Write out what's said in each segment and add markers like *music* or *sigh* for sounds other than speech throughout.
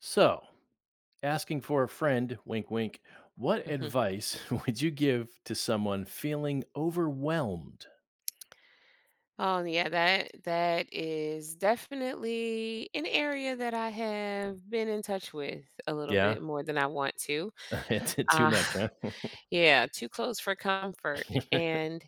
So, asking for a friend, wink, wink, what Mhm. advice *laughs* would you give to someone feeling overwhelmed? Oh yeah, that is definitely an area that I have been in touch with a little Yeah, bit more than I want to. *laughs* it's too Uh, much, huh? *laughs* yeah, too close for comfort, *laughs* and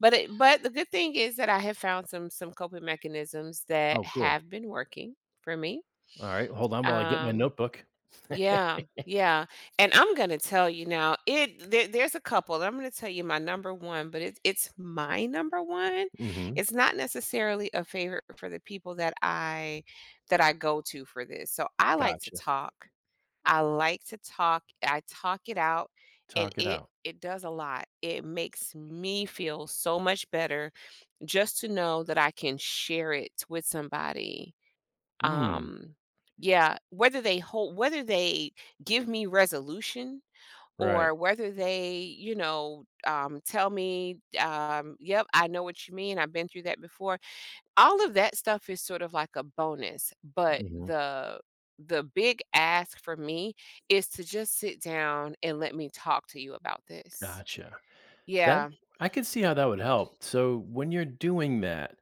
but the good thing is that I have found some coping mechanisms that Oh, cool. have been working for me. All right, hold on while I get my Um, notebook. *laughs* Yeah, yeah. And I'm gonna tell you now, there's a couple. I'm gonna tell you my number one, but it's my number one. Hmm. It's not necessarily a favorite for the people that I go to for this. So I like to Gotcha. talk. I like to talk. I talk it out, and Talk it it out. it does a lot. It makes me feel so much better just to know that I can share it with somebody, Mm, um, yeah, whether they give me resolution, right. or whether they, tell me, "Yep, I know what you mean. I've been through that before." All of that stuff is sort of like a bonus, but Hmm. the big ask for me is to just sit down and let me talk to you about this. Gotcha. That Yeah. I could see how that would help. So, when you're doing that,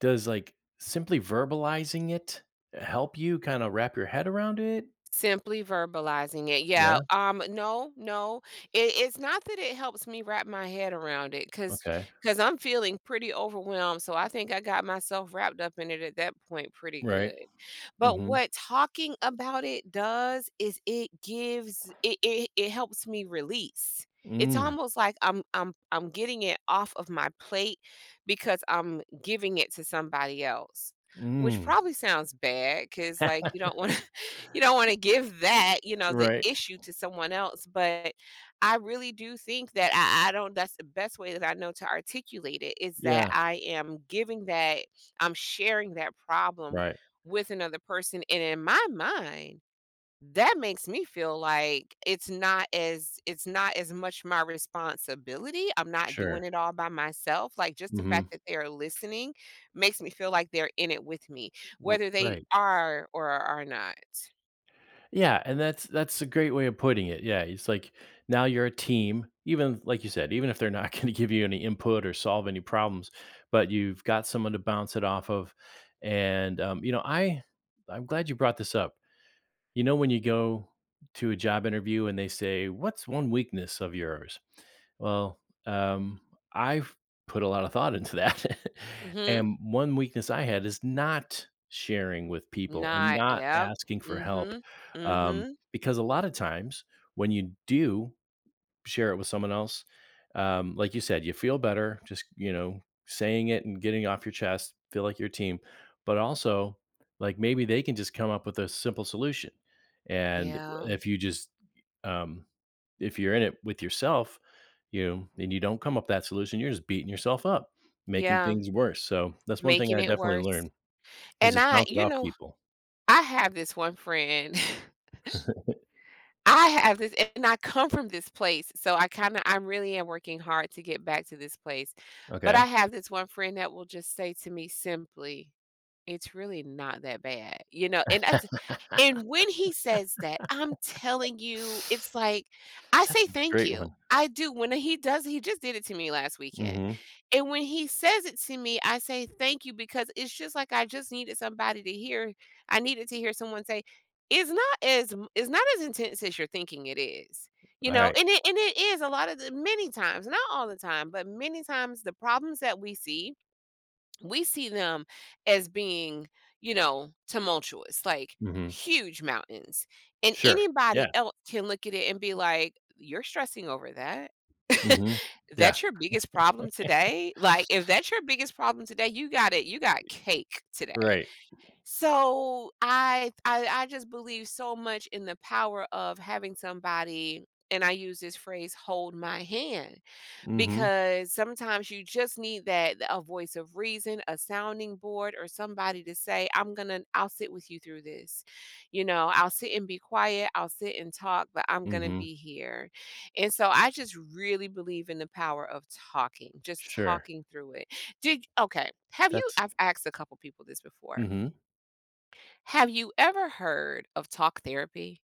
does like simply verbalizing it help you kind of wrap your head around it? Simply verbalizing it. Yeah, Yeah. No, no, it's not that it helps me wrap my head around it, cause, Okay. 'cause 'cause I'm feeling pretty overwhelmed, so I think I got myself wrapped up in it at that point pretty Right. good. But Mhm. what talking about it does is it helps me release. It's Mm. almost like I'm getting it off of my plate because I'm giving it to somebody else, which Mm. probably sounds bad, cause like, you don't want to give Mm. that, the Right. issue to someone else. But I really do think that I don't, that's the best way that I know to articulate it, is that Yeah. I am giving that, I'm sharing that problem Right. with another person. And in my mind, that makes me feel like it's not as much my responsibility. I'm not doing Sure. it all by myself. Like, just the Mhm. fact that they're listening makes me feel like they're in it with me, whether they Right. are or are not. Yeah, and that's a great way of putting it, yeah, it's like, now you're a team, even like you said, even if they're not *laughs* gonna give you any input or solve any problems, but you've got someone to bounce it off of, and, you know, I'm glad you brought this up. You know, when you go to a job interview and they say, "What's one weakness of yours?" Well, um, I've put a lot of thought into that. *laughs* Hmm. And one weakness I had is not sharing with people and Not, not yep. asking for help. Mhm. Mhm. Because a lot of times when you do, share it with someone else. Like you said, you feel better just, saying it and getting off your chest, feel like your team. But also, like maybe they can just come up with a simple solution. And Yeah. if you just, um, if you're in it with yourself, and you don't come up with that solution, you're just beating yourself up, making Yeah. things worse. So that's one thing I Making it definitely worse. learned is And just bounce it off people. I have this one friend. *laughs* I come from this place, so I really am working hard to get back to this place. But I Okay. have this one friend that will just say to me simply, "It's really not that bad," you know, and when he says that, I'm telling you, it's *sighs* like I That's say a thank great you. one. I do. When he does He just did it to me last weekend. Hmm. And when he says it to me, I say thank you, because it's just like I just needed somebody to hear. I needed to hear someone say, it's not as m it's not as intense as you're thinking it is." All You know, right. and it is a lot of the many times, not all the time, but many times, the problems that we see them as being, you know, tumultuous, like Mm-hmm. huge mountains. And Sure. Yeah. anybody else can look at it and be like, "You're stressing over that. *laughs* Mhm. Yeah, That's your biggest problem today." Like, if that's your biggest problem today, you got it. You got cake today. right. So I just believe so much in the power of having somebody, and I use this phrase, "hold my hand," Mhm, because sometimes you just need that, a voice of reason, a sounding board, or somebody to say, I'll sit with you through this. You know, I'll sit and be quiet, I'll sit and talk, but I'm gonna mhm. be here." And so I just really believe in the power of talking, just Sure. talking through it. Did okay, have you That's I've asked a couple people this before. mhm. Have you ever heard of talk therapy?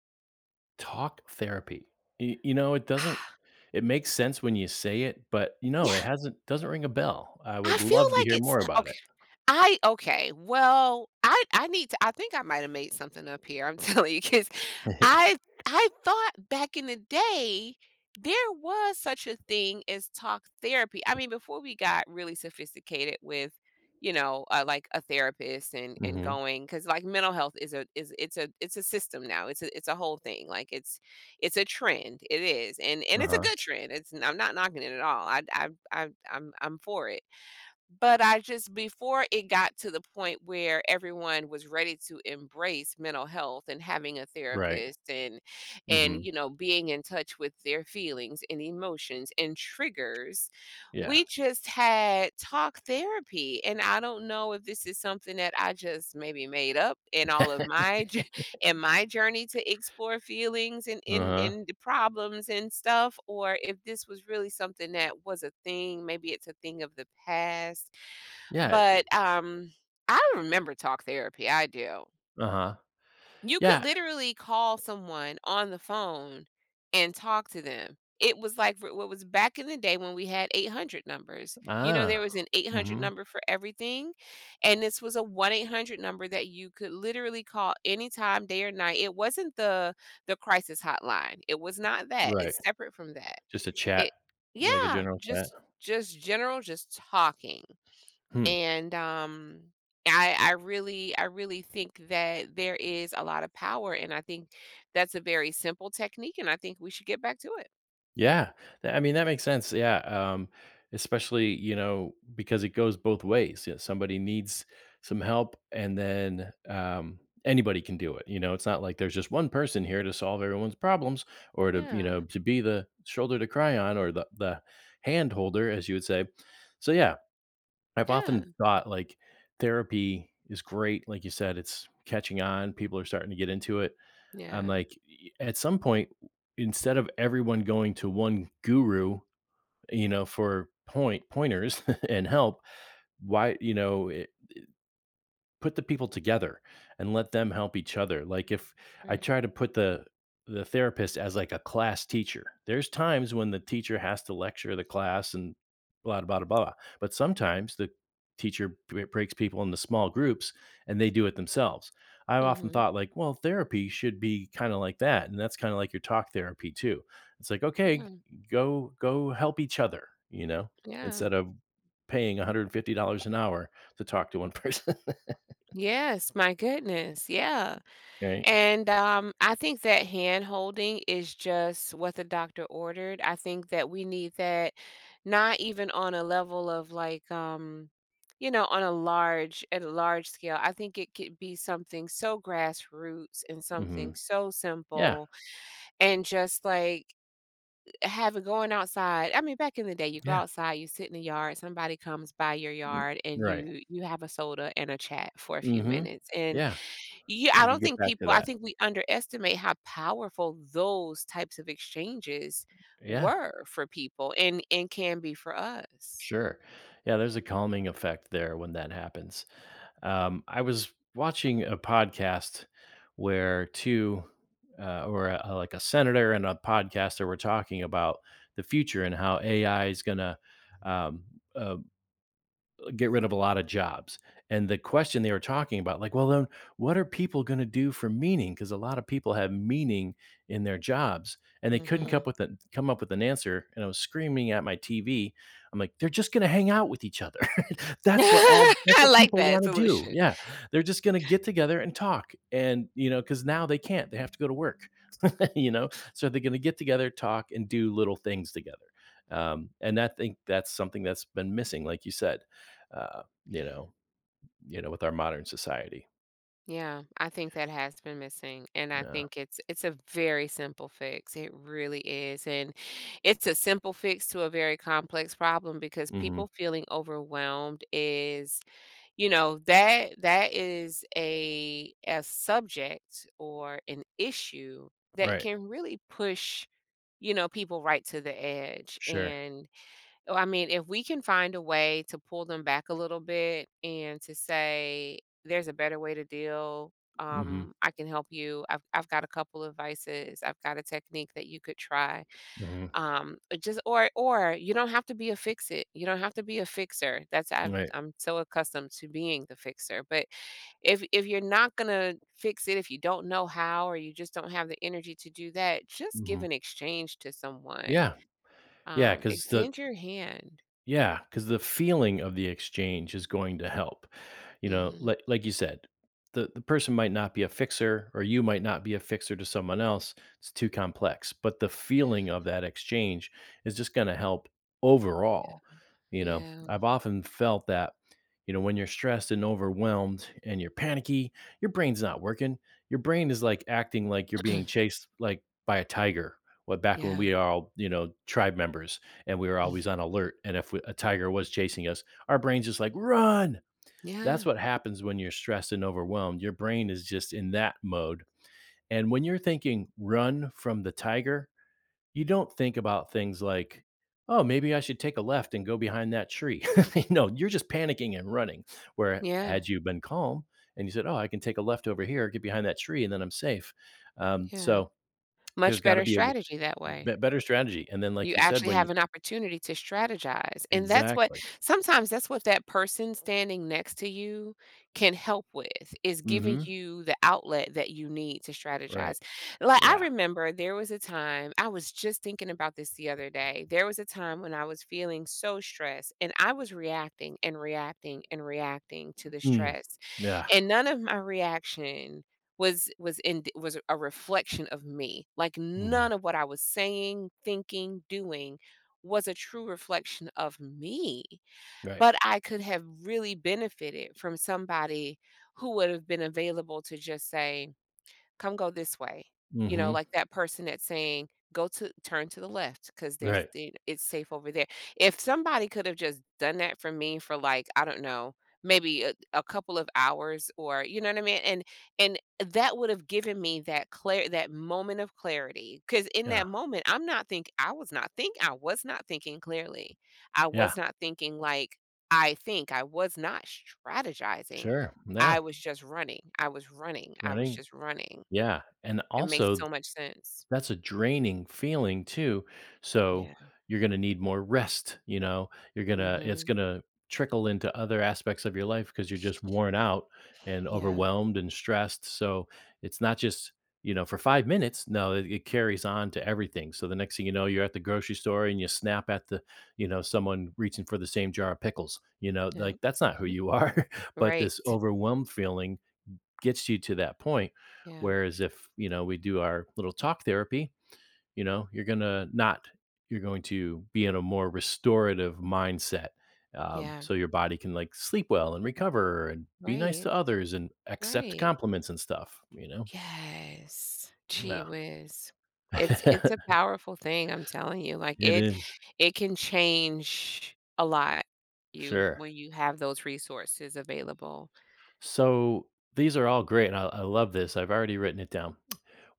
Talk therapy. Y You know, it doesn't *sighs* it makes sense when you say it, but, you know, Yeah. it hasn't doesn't ring a bell. I I would feel love to like hear it's more about it. I Okay, well, I need to I think I might have made something up here, I'm *laughs* telling you, because *laughs* I I thought back in the day, there was such a thing as talk therapy. I mean, before we got really sophisticated with, like a therapist and Mhm. going, because like, mental health is a is it's a system now. It's a whole thing. Like, it's a trend. It is. And it's a Uh-huh. good trend. It's I'm not knocking it at all. I'm for it, but I just, before it got to the point where everyone was ready to embrace mental health and having a Right. therapist and Mhm. Being in touch with their feelings and emotions and triggers, Yeah. we just had talk therapy. And I don't know if this is something that I just maybe made up in all of my *laughs* in my journey to explore feelings and in Uh-huh. in the problems and stuff, or if this was really something that was a thing. Maybe it's a thing of the past, Yeah. but, I remember talk therapy, I do. Uh-huh. You could Yeah. literally call someone on the phone and talk to them. It was like, for what, was back in the day when we had 800 numbers. You know, there Ah. was an 800 Mhm. number for everything, and this was a 1-800 number that you could literally call anytime, day or night. It wasn't the crisis hotline. It was not that. Right. It's separate from that. Just a chat, It like a Yeah, general chat. just general, just talking. Hmm. And, I really think that there is a lot of power, and I think that's a very simple technique, and I think we should get back to it. Yeah. I mean, that makes sense. Yeah. Especially, you know, because it goes both ways. Yeah, somebody needs some help, and then anybody can do it. You know, it's not like there's just one person here to solve everyone's problems, or to, you Yeah, know, to be the shoulder to cry on, or the hand holder, as you would say. So yeah, I've yeah, often thought, like, therapy is great, like you said, it's catching on, people are starting to get into it. I'm yeah, like, y at some point, instead of everyone going to one guru, you know, for pointers *laughs* and help, why you know, put the people together and let them help each other. Like if I right. try to put the therapist as like a class teacher, there's times when the teacher has to lecture the class and blah blah blah blah. But sometimes the breaks people into small groups, and they do it themselves. I've often Mhm, thought like, well, therapy should be kind of like that, and that's kind of like your talk therapy too. It's like, okay, yeah, go help each other, you know, yeah. instead of paying $150 an hour to talk to one person. *laughs* Yes, my goodness, yeah. Right? And, I think that hand-holding is just what the doctor ordered. I think that we need that, not even on a level of like, you know, on a large at a large scale. I think it could be something so grassroots and something Mhm. so Yeah, simple, and just like, having, going outside. I mean, back in the day, you go yeah. outside, you sit in the yard, somebody comes by your Mm, yard, and right. you have a soda and a chat for a few Mhm. minutes, and Yeah. yeah, I Need to don't get think back to people I that. think we underestimate how powerful those types of exchanges Yeah, were for people, and can be for us. sure. Yeah, there's a calming effect there when that happens. I was watching a podcast where two, or a like a senator and a podcaster were talking about the future and how AI is gonna, um, uh, get rid of a lot of jobs. And the question they were talking about, like, well, then what are people going to do for meaning? Because a lot of people have meaning in their jobs, and they couldn't Mhm. Come up with an answer. And I was screaming at my TV. I'm like, they're just going to hang out with each other. *laughs* *laughs* that's what all. That's I what like people that want to do. solution. Yeah, they're just going to get together and talk. And you know, because now they can't. They have to go to work. *laughs* You know, so they're going to get together talk and do little things together, and I think that's something that's been missing like you said, uh, you Yeah. know you know, with our modern society. Yeah, I think that has been missing, and I Yeah. think it's a very simple fix. It really is, and it's a simple fix to a very complex problem, because Hmm. people feeling overwhelmed is, you know, that is a subject or an issue that Right. can really push, you know, people right to the edge. Sure. And, oh, I mean, if we can find a way to pull them back a little bit and to say, there's a better way to deal. Hmm. I can help you. I've got a couple of vices. I've got a technique that you could try, Hmm. Just, or you don't have to be a fixer. Right. I'm so accustomed to being the fixer, but if you're not gonna fix it, if you don't know how, or you just don't have the energy to do that, just give Hmm. an exchange to someone, Yeah. yeah because the extend your hand. yeah, because the feeling of the exchange is going to help. You know, Hmm. Like you said, the person might not be a fixer, or you might not be a fixer to someone else. It's too complex, but the feeling of that exchange is just going to help Yeah, overall. You know, yeah. I've often felt that. You know, when you're stressed and overwhelmed and you're panicky, your brain's not working. Your brain is like acting like you're being *clears throat* chased like by a tiger. What back when Yeah. we are all, you know, tribe members and we were Mm. always on alert. And if we, a tiger was chasing us, our brain's just like, run, that's Yeah, what happens when you're stressed and overwhelmed. Your brain is just in that mode. And when you're thinking run from the tiger, you don't think about things like, oh, maybe I should take a left and go behind that tree. *laughs* No, you're just panicking and running. Where yeah, had you been calm and you said, oh, I can take a left over here, get behind that tree, and then I'm safe. Yeah, So there's much got to better be a w- strategy that way. be- better strategy. And then, like You you said, actually when you have an opportunity to strategize, and that's what exactly, sometimes that's what that person standing next to you can help with, is giving hmm, you the outlet that you need to right, strategize. Like, I yeah, remember there was a time, I was just thinking about this the other day. There was a time when I was feeling so stressed, and I was reacting and reacting and reacting to the mm, stress. yeah, And none of my reaction was a reflection of me. Like, hmm, none of what I was saying, thinking, doing was a true reflection of me, right. but I could have really benefited from somebody who would have been available to just say, "Come go this way," you know, Hmm. like that person that's saying, "Go to turn to the left, because there's Right. the it's safe over there." If somebody could have just done that for me for, like, I don't know, maybe a couple of hours, or you know what I mean? And that would have given me that clear that moment of clarity, because in Yeah. that moment, I was not thinking clearly. I Yeah. was not thinking like I think. I was not strategizing. Sure. Yeah. I was just running. I was running. I was Running. just running. Yeah. And It makes also, so much sense. that's a draining feeling too. So Yeah. you're gonna need more rest, you know? You're Mm. gonna It's Mhm. gonna trickle into other aspects of your life because 'cause you're just worn out and Yeah. overwhelmed and stressed. So it's not just, you know, for five minutes. No, it carries on to everything. So the next thing you know, you're at the grocery store and you snap at you know, someone reaching for the same jar of pickles. You know, Yep. like that's not who Mhm. you are. *laughs* But Right. this overwhelmed feeling gets you to that point. Yeah. Whereas if, you know, we do our little talk therapy, you know, you're gonna not. You're going to be in a more restorative mindset, Yeah. so your body can like sleep well and recover and be nice Right. to others and accept Right. compliments and stuff. You know, Yes. Gee yeah, whiz. It's a *laughs* powerful thing, I'm telling you. Like, it it is it can change a lot, you sure. when you have those resources available. So these are all great. And I love this. I've already written it down.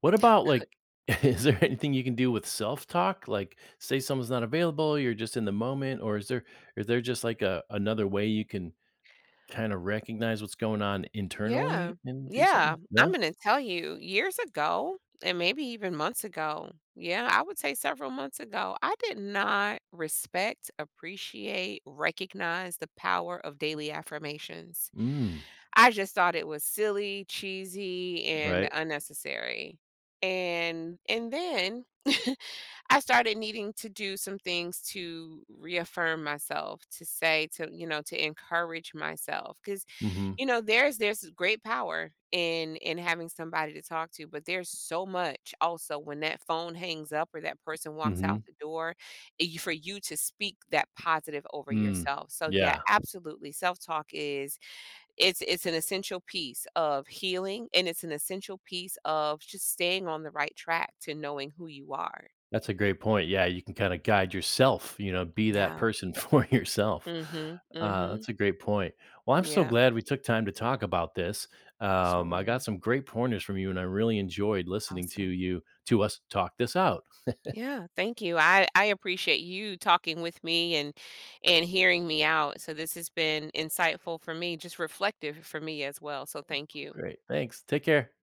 What about like? *laughs* Is there anything you can do with self-talk? Like, say someone's not available, you're just in the moment, or is there just like a another way you can kinda recognize what's going on Yeah. internally and do Yeah. something? Yeah? I'm gonna tell you, years ago, and maybe even months ago, yeah, I would say several months ago, I did not respect, appreciate, recognize the power of daily affirmations. Mm, I just thought it was silly, cheesy, and right. unnecessary. And then *laughs* I started needing to do some things to reaffirm myself, to encourage myself, because Mhm, there's great power in having somebody to talk to, but there's so much also when that phone hangs up or that person walks mhm, out the door, for you to speak that positive over mm. yourself. So yeah, Yeah, absolutely. Self-talk is it's an essential piece of healing, and it's an essential piece of just staying on the right track to knowing who you are. that's a great point. Yeah, you can kinda guide yourself, you know, be that Yeah. person *laughs* for yourself. Mhm. Mhm. That's a great point. Well, I'm so Yeah. glad we took time to talk about this. So I got am some great pointers from you, and I really enjoyed I. listening to Awesome. you to us talk this out. Yeah, thank you. I appreciate you talking with me, and hearing me out. So this has been insightful for me, just reflective for me as well. So thank you. Great, thanks. Take care.